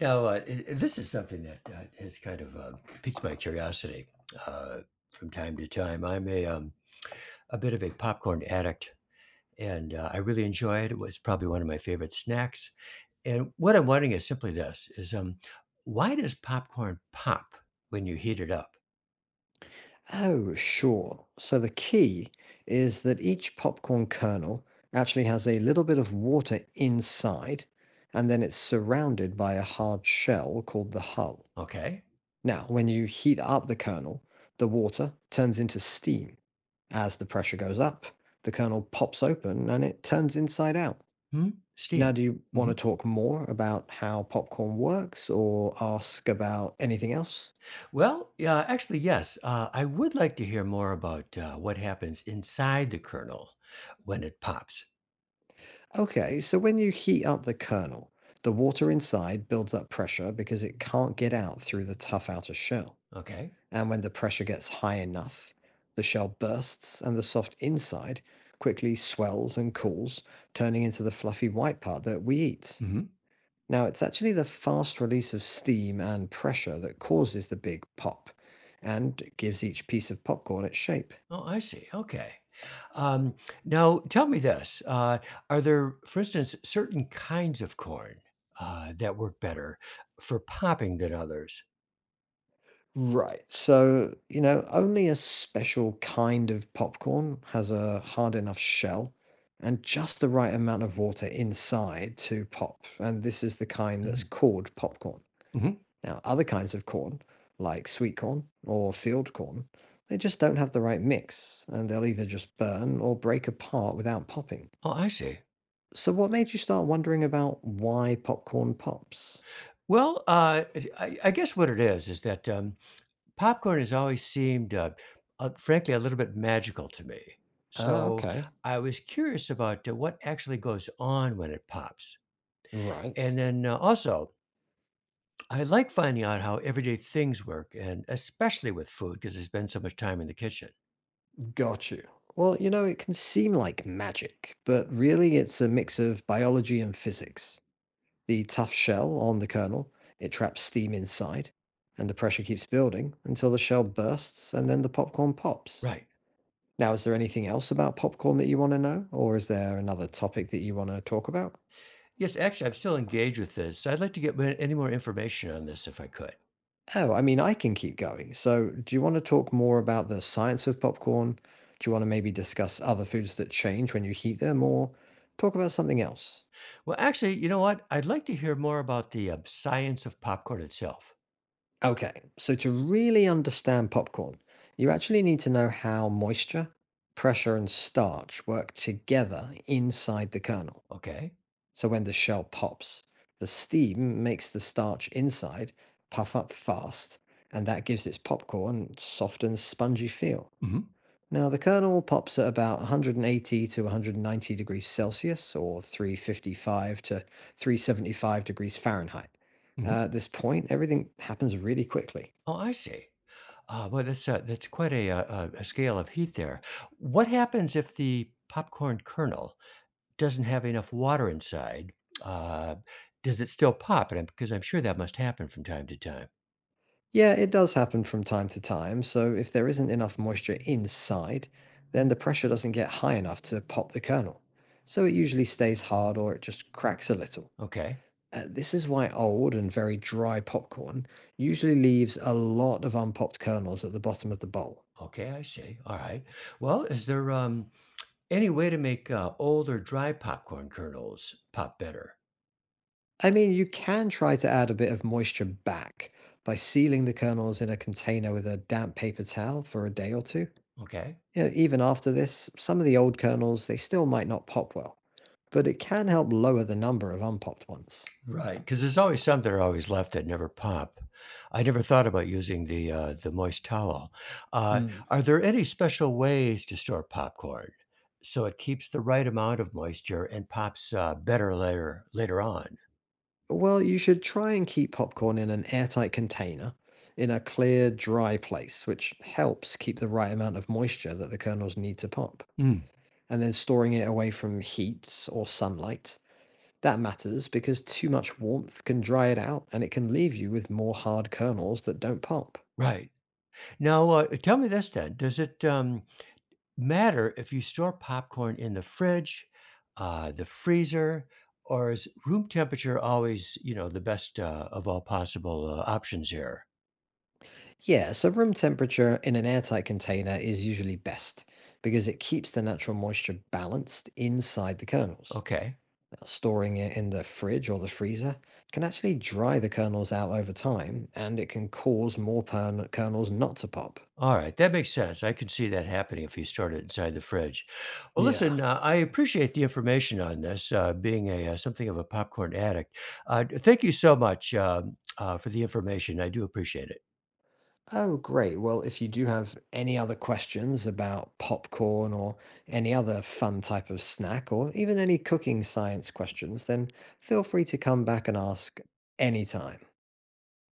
Now, I this is something that has kind of piqued my curiosity uh, from time to time. I'm a bit of a popcorn addict, and I really enjoy it. It was probably one of my favorite snacks. And what I'm wondering is simply this: is why does popcorn pop when you heat it up? Oh, sure. So the key is that each popcorn kernel actually has a little bit of water inside, and then it's surrounded by a hard shell called the hull. Okay, Now, when you heat up the kernel, the water turns into steam. As the pressure goes up, the kernel pops open and it turns inside out. hmm? Now, Steam. do you want to Hmm. talk more about how popcorn works or ask about anything else? Well, yeah, actually, yes. I would like to hear more about what happens inside the kernel when it pops. Okay, so when you heat up the kernel, the water inside builds up pressure because it can't get out through the tough outer shell. Okay. And when the pressure gets high enough, the shell bursts and the soft inside quickly swells and cools, turning into the fluffy white part that we eat. Now, it's actually the fast release of steam and pressure that causes the big pop and gives each piece of popcorn its shape. Oh, I see. Okay. Um, now, tell me this: are there, for instance, certain kinds of corn that work better for popping than others? Right. So, you know, only a special kind of popcorn has a hard enough shell and just the right amount of water inside to pop. And this is the kind that's called popcorn. Mm-hmm. Now, other kinds of corn, like sweet corn or field corn, they just don't have the right mix and they'll either just burn or break apart without popping. Oh, I see. So, what made you start wondering about why popcorn pops? Well, I guess what it is that popcorn has always seemed, frankly, a little bit magical to me. Ah, So okay. I was curious about what actually goes on when it pops, Right. and then also I like finding out how everyday things work, and especially with food, because I spend so much time in the kitchen. Got you. Well, you know, it can seem like magic, but really it's a mix of biology and physics. The tough shell on the kernel, it traps steam inside, and the pressure keeps building until the shell bursts and then the popcorn pops. Right. Now, is there anything else about popcorn that you want to know, or is there another topic that you want to talk about? Yes, actually, I'm still engaged with this. So I'd like to get any more information on this if I could. Oh, I mean, I can keep going. So, do you want to talk more about the science of popcorn? Do you want to maybe discuss other foods that change when you heat them, or talk about something else? Well, actually, you know what? I'd like to hear more about the science of popcorn itself. Okay, so to really understand popcorn, you actually need to know how moisture, pressure, and starch work together inside the kernel. Okay. So when the shell pops, the steam makes the starch inside puff up fast, and that gives its popcorn soft and spongy feel. Hmm. Now, the kernel pops at about 180 to 190 degrees Celsius or 355 to 375 degrees Fahrenheit. Hmm. At this point, everything happens really quickly. Oh, I see. Well, that's quite a scale of heat there. What happens if the popcorn kernel doesn't have enough water inside, uh, does it still pop? And I'm because I'm sure that must happen from time to time. Yeah, it does happen from time to time, so if there isn't enough moisture inside, then the pressure doesn't get high enough to pop the kernel. So it usually stays hard or it just cracks a little. Okay. This is why old and very dry popcorn usually leaves a lot of unpopped kernels at the bottom of the bowl. Okay, I see. All right. Well, is there, any way to make, old or dry popcorn kernels pop better? I mean, you can try to add a bit of moisture back by sealing the kernels in a container with a damp paper towel for a day or two. Okay. Yeah, even after this, some of the old kernels, they still might not pop well, but it can help lower the number of unpopped ones. Right. Because there's always some that are always left that never pop. I never thought about using the moist towel. Uh, Hmm. are there any special ways to store popcorn so it keeps the right amount of moisture and pops, better later on? Well, you should try and keep popcorn in an airtight container in a clear, dry place, which helps keep the right amount of moisture that the kernels need to pop. Mm, And then storing it away from heat or sunlight. That matters because too much warmth can dry it out and it can leave you with more hard kernels that don't pop. right. Now, tell me this then. Does it matter if you store popcorn in the fridge, the freezer, or is room temperature always, you know, the best of all possible options here? Yeah, so room temperature in an airtight container is usually best because it keeps the natural moisture balanced inside the kernels. Okay. Now, storing it in the fridge or the freezer can actually dry the kernels out over time and it can cause more kernels not to pop. All right. That makes sense. I can see that happening if you start it inside the fridge. Well, Yeah. listen, I appreciate the information on this, being a something of a popcorn addict. Thank you so much for the information. I do appreciate it. Oh, great. Well, if you do have any other questions about popcorn or any other fun type of snack or even any cooking science questions, then feel free to come back and ask anytime.